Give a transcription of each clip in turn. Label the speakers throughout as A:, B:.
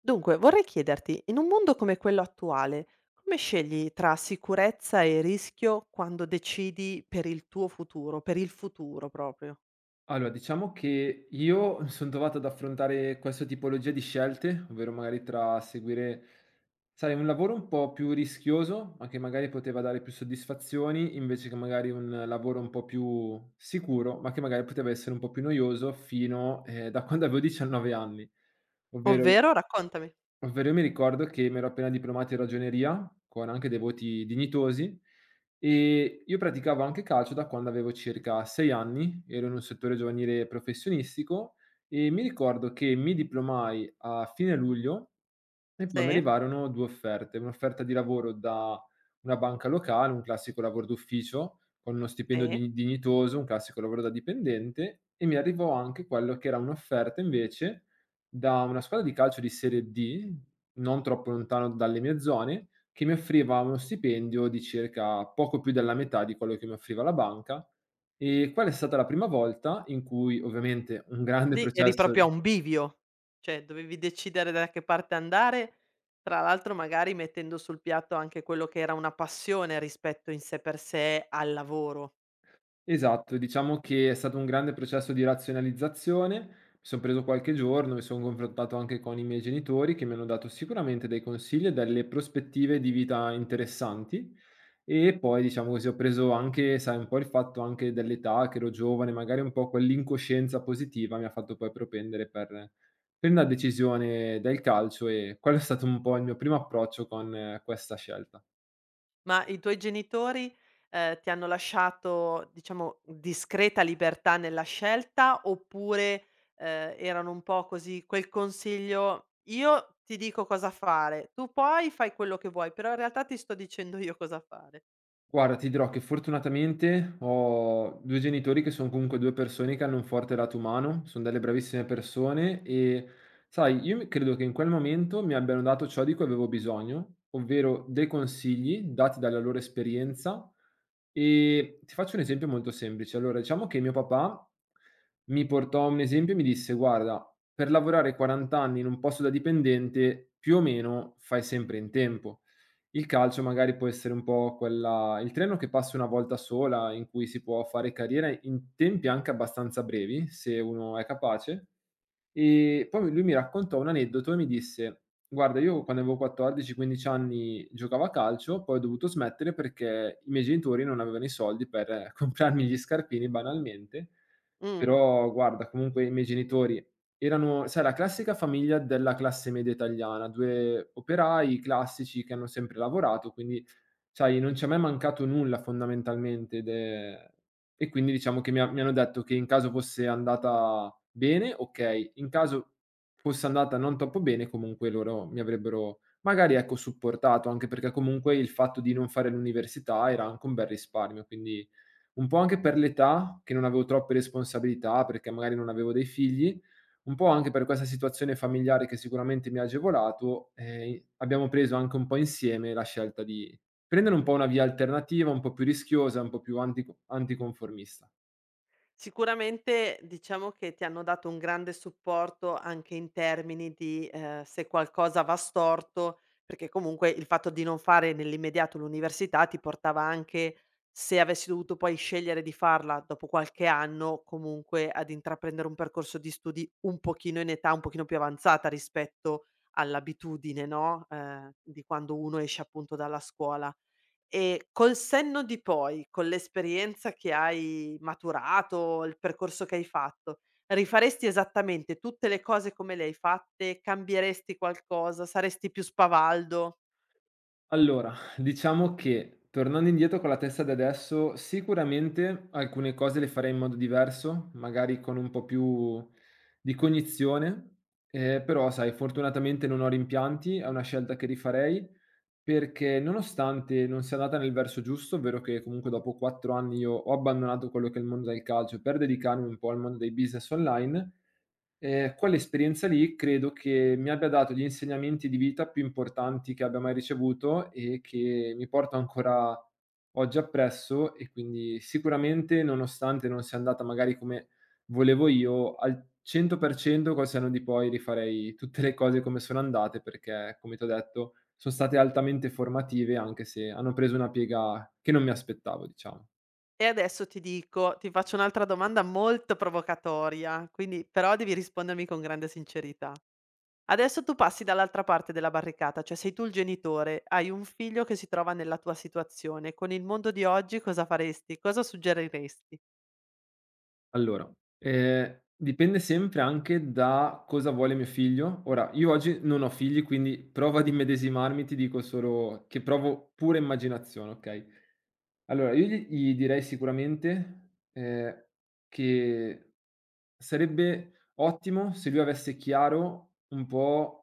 A: Dunque, vorrei chiederti, in un mondo come quello attuale, come scegli tra sicurezza e rischio quando decidi per il tuo futuro, per il futuro proprio?
B: Allora, diciamo che io mi son trovato ad affrontare questa tipologia di scelte, ovvero magari tra seguire, sai, un lavoro un po' più rischioso, ma che magari poteva dare più soddisfazioni, invece che magari un lavoro un po' più sicuro, ma che magari poteva essere un po' più noioso fino da quando avevo 19 anni. Ovvero
A: Ovvero raccontami.
B: ovvero io mi ricordo che mi ero appena diplomato in ragioneria, con anche dei voti dignitosi. Io praticavo anche calcio da quando avevo circa 6 anni, ero in un settore giovanile professionistico e mi ricordo che mi diplomai a fine luglio e poi mi
A: Sì,
B: arrivarono 2 offerte, un'offerta di lavoro da una banca locale, un classico lavoro d'ufficio, con uno stipendio
A: sì.
B: di dignitoso, un classico lavoro da dipendente, e mi arrivò anche quello che era un'offerta invece da una squadra di calcio di serie D, non troppo lontano dalle mie zone, che mi offriva uno stipendio di circa poco più della metà di quello che mi offriva la banca. E quella è stata la prima volta in cui, ovviamente, un grande
A: Lì eri
B: processo.
A: proprio a un bivio, cioè dovevi decidere da che parte andare, tra l'altro magari mettendo sul piatto anche quello che era una passione rispetto in sé per sé al lavoro.
B: Esatto, diciamo che è stato un grande processo di razionalizzazione. Mi son preso qualche giorno, mi son confrontato anche con i miei genitori che mi hanno dato sicuramente dei consigli e delle prospettive di vita interessanti. E poi diciamo così, ho preso anche, sai, un po' il fatto anche dell'età, che ero giovane, magari un po' quell'incoscienza positiva mi ha fatto poi propendere per una decisione del calcio e quello è stato un po' il mio primo approccio con questa scelta.
A: Ma i tuoi genitori, ti hanno lasciato, diciamo, discreta libertà nella scelta oppure, erano un po' così quel consiglio: "Io ti dico cosa fare, tu poi fai quello che vuoi, però in realtà ti sto dicendo io cosa fare."
B: Guarda, ti dirò che fortunatamente ho 2 genitori che son comunque 2 persone che hanno un forte lato umano, son delle bravissime persone e, sai, io mi credo che in quel momento mi abbiano dato ciò di cui avevo bisogno, ovvero dei consigli dati dalla loro esperienza. E ti faccio un esempio molto semplice. Allora, diciamo che mio papà mi portò un esempio e mi disse: "Guarda, per lavorare 40 anni in un posto da dipendente, più o meno fai sempre in tempo". Il calcio magari può essere un po' quella il treno che passa una volta sola, in cui si può fare carriera in tempi anche abbastanza brevi, se uno è capace. E poi lui mi raccontò un aneddoto e mi disse: "Guarda, io quando avevo 14, 15 anni giocavo a calcio, poi ho dovuto smettere perché i miei genitori non avevano i soldi per comprarmi gli scarpini banalmente,
A: Mh.
B: però guarda comunque i miei genitori erano sai la classica famiglia della classe media italiana, 2 operai classici che hanno sempre lavorato, quindi sai non ci è mai mancato nulla fondamentalmente ed è e quindi diciamo che mi hanno detto che in caso fosse andata bene, okay, in caso fosse andata non troppo bene comunque loro mi avrebbero magari ecco supportato, anche perché comunque il fatto di non fare l'università era anche un bel risparmio, quindi un po' anche per l'età, che non avevo troppe responsabilità, perché magari non avevo dei figli, un po' anche per questa situazione familiare che sicuramente mi ha agevolato, abbiamo preso anche un po' insieme la scelta di prendere un po' una via alternativa, un po' più rischiosa, un po' più anticonformista.
A: Sicuramente diciamo che ti hanno dato un grande supporto anche in termini di, se qualcosa va storto, perché comunque il fatto di non fare nell'immediato l'università ti portava anche, se avessi dovuto poi scegliere di farla dopo qualche anno, comunque ad intraprendere un percorso di studi un pochino in età un pochino più avanzata rispetto all'abitudine, no, di quando uno esce appunto dalla scuola. E col senno di poi, con l'esperienza che hai maturato, il percorso che hai fatto, rifaresti esattamente tutte le cose come le hai fatte? Cambieresti qualcosa? Saresti più spavaldo?
B: Allora, diciamo che tornando indietro con la testa di adesso, sicuramente alcune cose le farei in modo diverso, magari con un po' più di cognizione, però sai, fortunatamente non ho rimpianti, è una scelta che rifarei perché nonostante non sia andata nel verso giusto, ovvero che comunque dopo 4 anni io ho abbandonato quello che è il mondo del calcio per dedicarmi un po' al mondo dei business online. Quell'esperienza lì credo che mi abbia dato gli insegnamenti di vita più importanti che abbia mai ricevuto e che mi porto ancora oggi appresso e quindi sicuramente, nonostante non sia andata magari come volevo io, al 100% col senno di poi rifarei tutte le cose come sono andate perché, come t'ho detto, son state altamente formative anche se hanno preso una piega che non mi aspettavo, diciamo.
A: E adesso ti faccio un'altra domanda molto provocatoria, quindi però devi rispondermi con grande sincerità. Adesso tu passi dall'altra parte della barricata, cioè sei tu il genitore, hai un figlio che si trova nella tua situazione. Con il mondo di oggi cosa faresti? Cosa suggeriresti?
B: Allora, dipende sempre anche da cosa vuole mio figlio. Ora, io oggi non ho figli, quindi provo ad immedesimarmi, ti dico solo che provo pura immaginazione, okay? Allora, io gli direi sicuramente, che sarebbe ottimo se lui avesse chiaro un po'.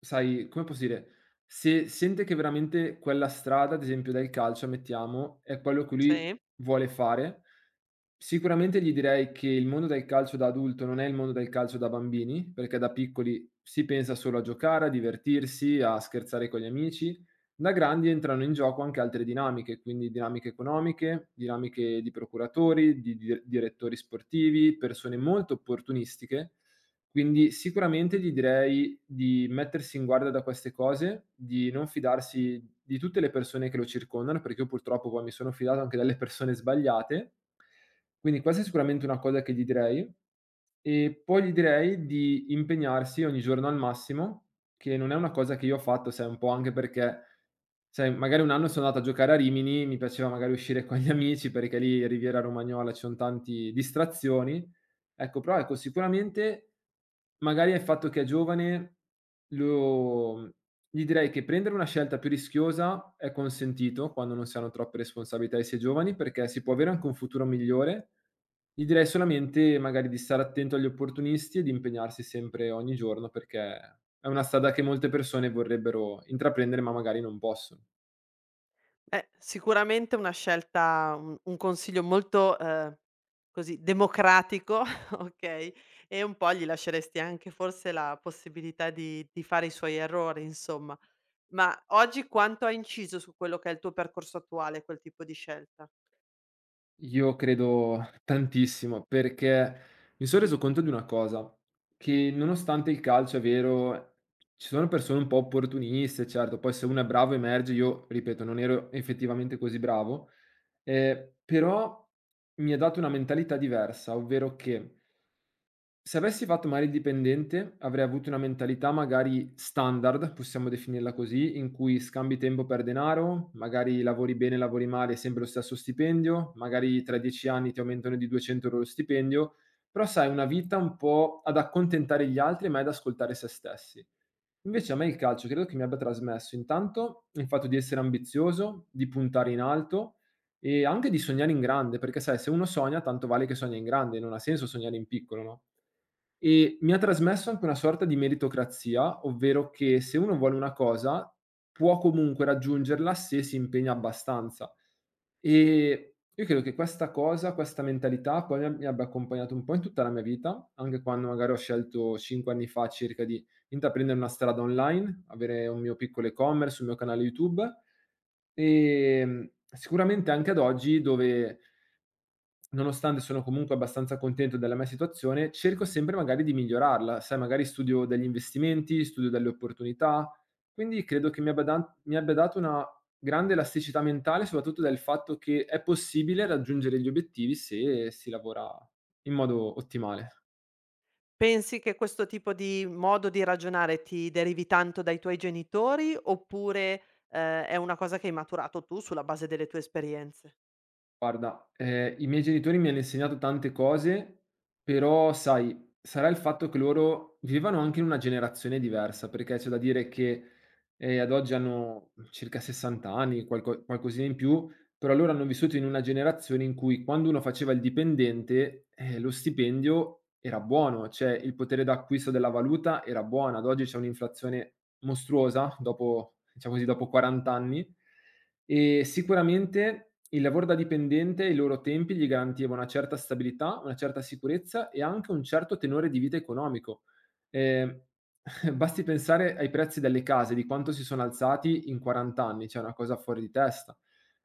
B: Sai, come posso dire, se sente che veramente quella strada, ad esempio del calcio, mettiamo, è quello che lui
A: Sì.
B: vuole fare, sicuramente gli direi che il mondo del calcio da adulto non è il mondo del calcio da bambini, perché da piccoli si pensa solo a giocare, a divertirsi, a scherzare con gli amici. Da grandi entrano in gioco anche altre dinamiche, quindi dinamiche economiche, dinamiche di procuratori, direttori sportivi, persone molto opportunistiche, quindi sicuramente gli direi di mettersi in guardia da queste cose, di non fidarsi di tutte le persone che lo circondano, perché io purtroppo poi mi sono fidato anche dalle persone sbagliate. Quindi questa è sicuramente una cosa che gli direi. E poi gli direi di impegnarsi ogni giorno al massimo, che non è una cosa che io ho fatto, sai, un po' anche perché, sai, magari un anno sono andato a giocare a Rimini, mi piaceva magari uscire con gli amici perché lì Riviera Romagnola ci sono tante distrazioni. Ecco, però ecco, sicuramente, magari è il fatto che è giovane, lo gli direi che prendere una scelta più rischiosa è consentito quando non si hanno troppe responsabilità e si è giovani, perché si può avere anche un futuro migliore. Gli direi solamente magari di stare attento agli opportunisti e di impegnarsi sempre ogni giorno, perché è una strada che molte persone vorrebbero intraprendere, ma magari non possono.
A: Sicuramente una scelta un consiglio molto, così democratico, okay, e un po' gli lasceresti anche forse la possibilità di fare i suoi errori, insomma. Ma oggi quanto ha inciso su quello che è il tuo percorso attuale quel tipo di scelta?
B: Io credo tantissimo, perché mi son reso conto di una cosa, che nonostante il calcio, è vero, ci sono persone un po' opportuniste, certo, poi se uno è bravo emerge, io ripeto, non ero effettivamente così bravo, però mi ha dato una mentalità diversa, ovvero che se avessi fatto magari il dipendente, avrei avuto una mentalità magari standard, possiamo definirla così, in cui scambi tempo per denaro, magari lavori bene, lavori male, è sempre lo stesso stipendio, magari tra 10 anni ti aumentano di 200 euro lo stipendio, però sai, una vita un po' ad accontentare gli altri, ma ad ascoltare se stessi. Invece a me il calcio credo che mi abbia trasmesso intanto il fatto di essere ambizioso, di puntare in alto e anche di sognare in grande, perché sai se uno sogna tanto vale che sogna in grande, non ha senso sognare in piccolo, no, e mi ha trasmesso anche una sorta di meritocrazia, ovvero che se uno vuole una cosa può comunque raggiungerla se si impegna abbastanza. Io credo che questa cosa, questa mentalità poi mi abbia accompagnato un po' in tutta la mia vita, anche quando magari ho scelto 5 anni fa circa di intraprendere una strada online, avere un mio piccolo e-commerce, un mio canale YouTube e sicuramente anche ad oggi dove nonostante sono comunque abbastanza contento della mia situazione, cerco sempre magari di migliorarla, sai, magari studio degli investimenti, studio delle opportunità, quindi credo che mi abbia, mi abbia dato una grande elasticità mentale, soprattutto del fatto che è possibile raggiungere gli obiettivi se si lavora in modo ottimale.
A: Pensi che questo tipo di modo di ragionare ti derivi tanto dai tuoi genitori, oppure, è una cosa che hai maturato tu sulla base delle tue esperienze?
B: Guarda, i miei genitori mi hanno insegnato tante cose, però sai, sarà il fatto che loro vivevano anche in una generazione diversa, perché c'è da dire che, ad oggi hanno circa 60 anni, qualcosina in più, però loro hanno vissuto in una generazione in cui quando uno faceva il dipendente, lo stipendio era buono, cioè il potere d'acquisto della valuta era buona. Ad oggi c'è un'inflazione mostruosa dopo diciamo così, dopo 40 anni e sicuramente il lavoro da dipendente e i loro tempi gli garantiva una certa stabilità, una certa sicurezza e anche un certo tenore di vita economico. Ehm, Basti pensare ai prezzi delle case, di quanto si sono alzati in 40 anni, cioè è una cosa fuori di testa.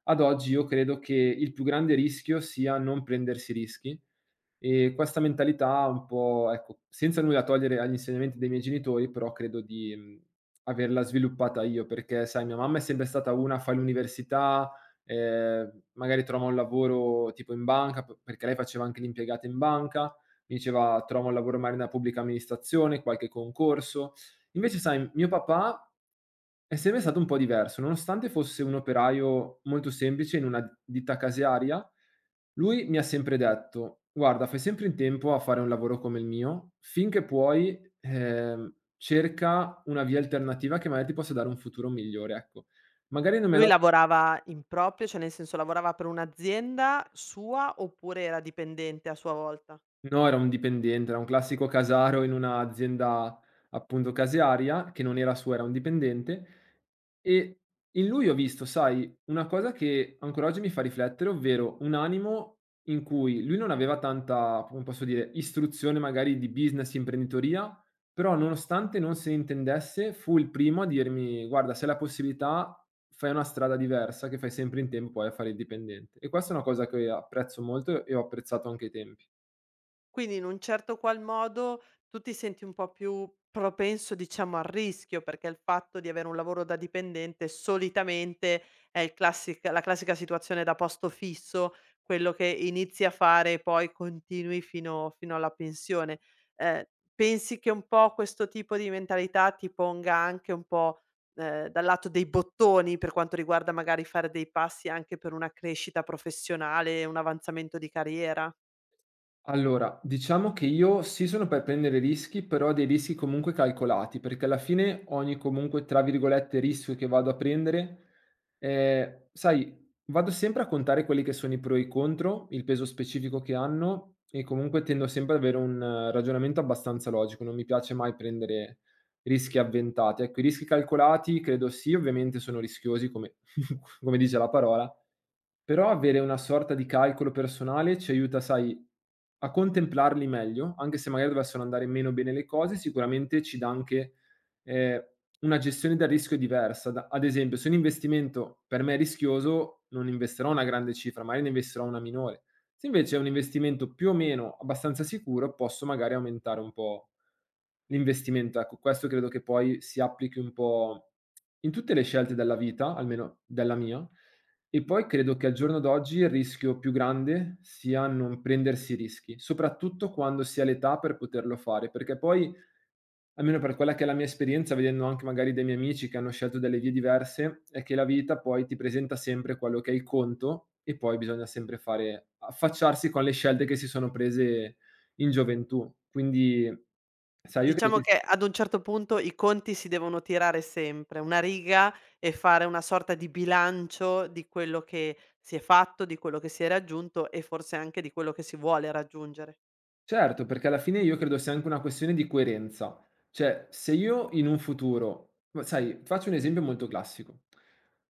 B: Ad oggi io credo che il più grande rischio sia non prendersi rischi. Questa mentalità un po' ecco, senza nulla togliere agli insegnamenti dei miei genitori, però credo di, averla sviluppata io, perché sai mia mamma è sempre stata una: "Fai l'università, magari trova un lavoro tipo in banca", p perché lei faceva anche l'impiegata in banca, mi diceva: "Trova un lavoro magari nella pubblica amministrazione, qualche concorso". Invece sai, mio papà è sempre stato un po' diverso, nonostante fosse un operaio molto semplice in una ditta casearia, lui mi ha sempre detto: "Guarda, fai sempre in tempo a fare un lavoro come il mio, finché puoi, cerca una via alternativa che magari ti possa dare un futuro migliore", ecco. Magari non me
A: Lui
B: l'ha.
A: lavorava in proprio, cioè nel senso lavorava per un'azienda sua oppure era dipendente a sua volta?
B: No, era un dipendente, era un classico casaro in un'azienda appunto casearia, che non era sua, era un dipendente. E in lui ho visto, sai, una cosa che ancora oggi mi fa riflettere, ovvero un animo in cui lui non aveva tanta, come posso dire, istruzione magari di business, imprenditoria, però nonostante non se ne intendesse, fu il primo a dirmi: "Guarda, se hai la possibilità, fai una strada diversa che fai sempre in tempo poi a fare il dipendente". E questa è una cosa che apprezzo molto e ho apprezzato anche ai tempi.
A: Quindi in un certo qual modo tu ti senti un po' più propenso, diciamo, al rischio, perché il fatto di avere un lavoro da dipendente solitamente è il classic la classica situazione da posto fisso, quello che inizi a fare e poi continui fino alla pensione. Ehm, pensi che un po' questo tipo di mentalità ti ponga anche un po', dal lato dei bottoni, per quanto riguarda magari fare dei passi anche per una crescita professionale, un avanzamento di carriera?
B: Allora, diciamo che io sì sono per prendere rischi, però dei rischi comunque calcolati, perché alla fine ogni comunque, tra virgolette, rischio che vado a prendere, sai, vado sempre a contare quelli che sono i pro e i contro, il peso specifico che hanno e comunque tendo sempre ad avere un ragionamento abbastanza logico, non mi piace mai prendere rischi avventati. Ecco, i rischi calcolati credo sì, ovviamente sono rischiosi come, come dice la parola, però avere una sorta di calcolo personale ci aiuta, sai, a contemplarli meglio, anche se magari dovessero andare meno bene le cose, sicuramente ci dà anche, ehm, una gestione del rischio diversa. Da ad esempio, se un investimento per me è rischioso, non investirò una grande cifra, magari ne investirò una minore. Se invece è un investimento più o meno abbastanza sicuro, posso magari aumentare un po' l'investimento. Ecco, questo credo che poi si applichi un po' in tutte le scelte della vita, almeno della mia, e poi credo che al giorno d'oggi il rischio più grande sia non prendersi rischi, soprattutto quando si ha l'età per poterlo fare, perché poi, almeno per quella che è la mia esperienza, vedendo anche magari dei miei amici che hanno scelto delle vie diverse, è che la vita poi ti presenta sempre quello che è il conto e poi bisogna sempre fare affacciarsi con le scelte che si sono prese in gioventù. Quindi sai, io credo
A: Diciamo
B: che.
A: che ad un certo punto i conti si devono tirare sempre, una riga e fare una sorta di bilancio di quello che si è fatto, di quello che si è raggiunto e forse anche di quello che si vuole raggiungere.
B: Certo, perché alla fine io credo sia anche una questione di coerenza. Cioè, se io in un futuro, ma sai, faccio un esempio molto classico.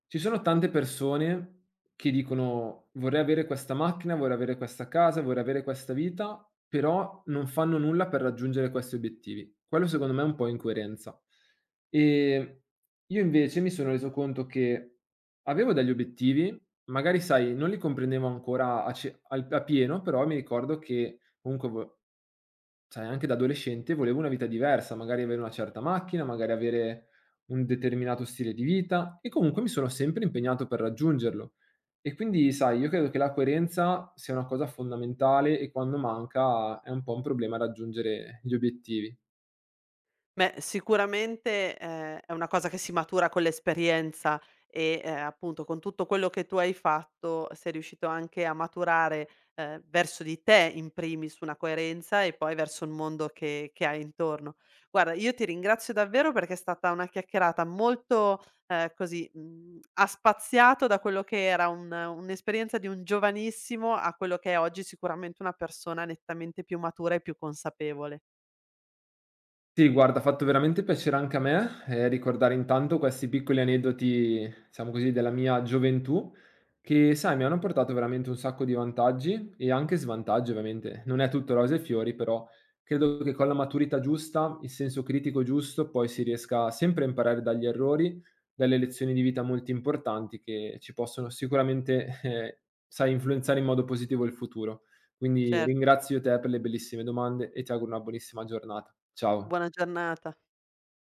B: Ci sono tante persone che dicono vorrei avere questa macchina, vorrei avere questa casa, vorrei avere questa vita, però non fanno nulla per raggiungere questi obiettivi. Quello secondo me è un po' incoerenza. E io invece mi sono reso conto che avevo degli obiettivi, magari sai, non li comprendevo ancora a, a pieno, però mi ricordo che. Comunque vo Sai, anche da adolescente volevo una vita diversa, magari avere una certa macchina, magari avere un determinato stile di vita e comunque mi sono sempre impegnato per raggiungerlo. E quindi sai, io credo che la coerenza sia una cosa fondamentale e quando manca è un po' un problema raggiungere gli obiettivi.
A: Beh, sicuramente, è una cosa che si matura con l'esperienza e, appunto con tutto quello che tu hai fatto sei riuscito anche a maturare, verso di te in primis una coerenza e poi verso il mondo che hai intorno. Guarda, io ti ringrazio davvero perché è stata una chiacchierata molto, così, mhmm, ha spaziato da quello che era un'esperienza di un giovanissimo a quello che è oggi sicuramente una persona nettamente più matura e più consapevole.
B: Sì, guarda, ha fatto veramente piacere anche a me, ricordare intanto questi piccoli aneddoti, diciamo così, della mia gioventù, che sai mi hanno portato veramente un sacco di vantaggi e anche svantaggi ovviamente. Non è tutto rose e fiori, però credo che con la maturità giusta, il senso critico giusto, poi si riesca sempre a imparare dagli errori, dalle lezioni di vita molto importanti che ci possono sicuramente, sai, influenzare in modo positivo il futuro. Quindi
A: Certo,
B: ringrazio te per le bellissime domande e ti auguro una buonissima giornata. Ciao.
A: buona giornata.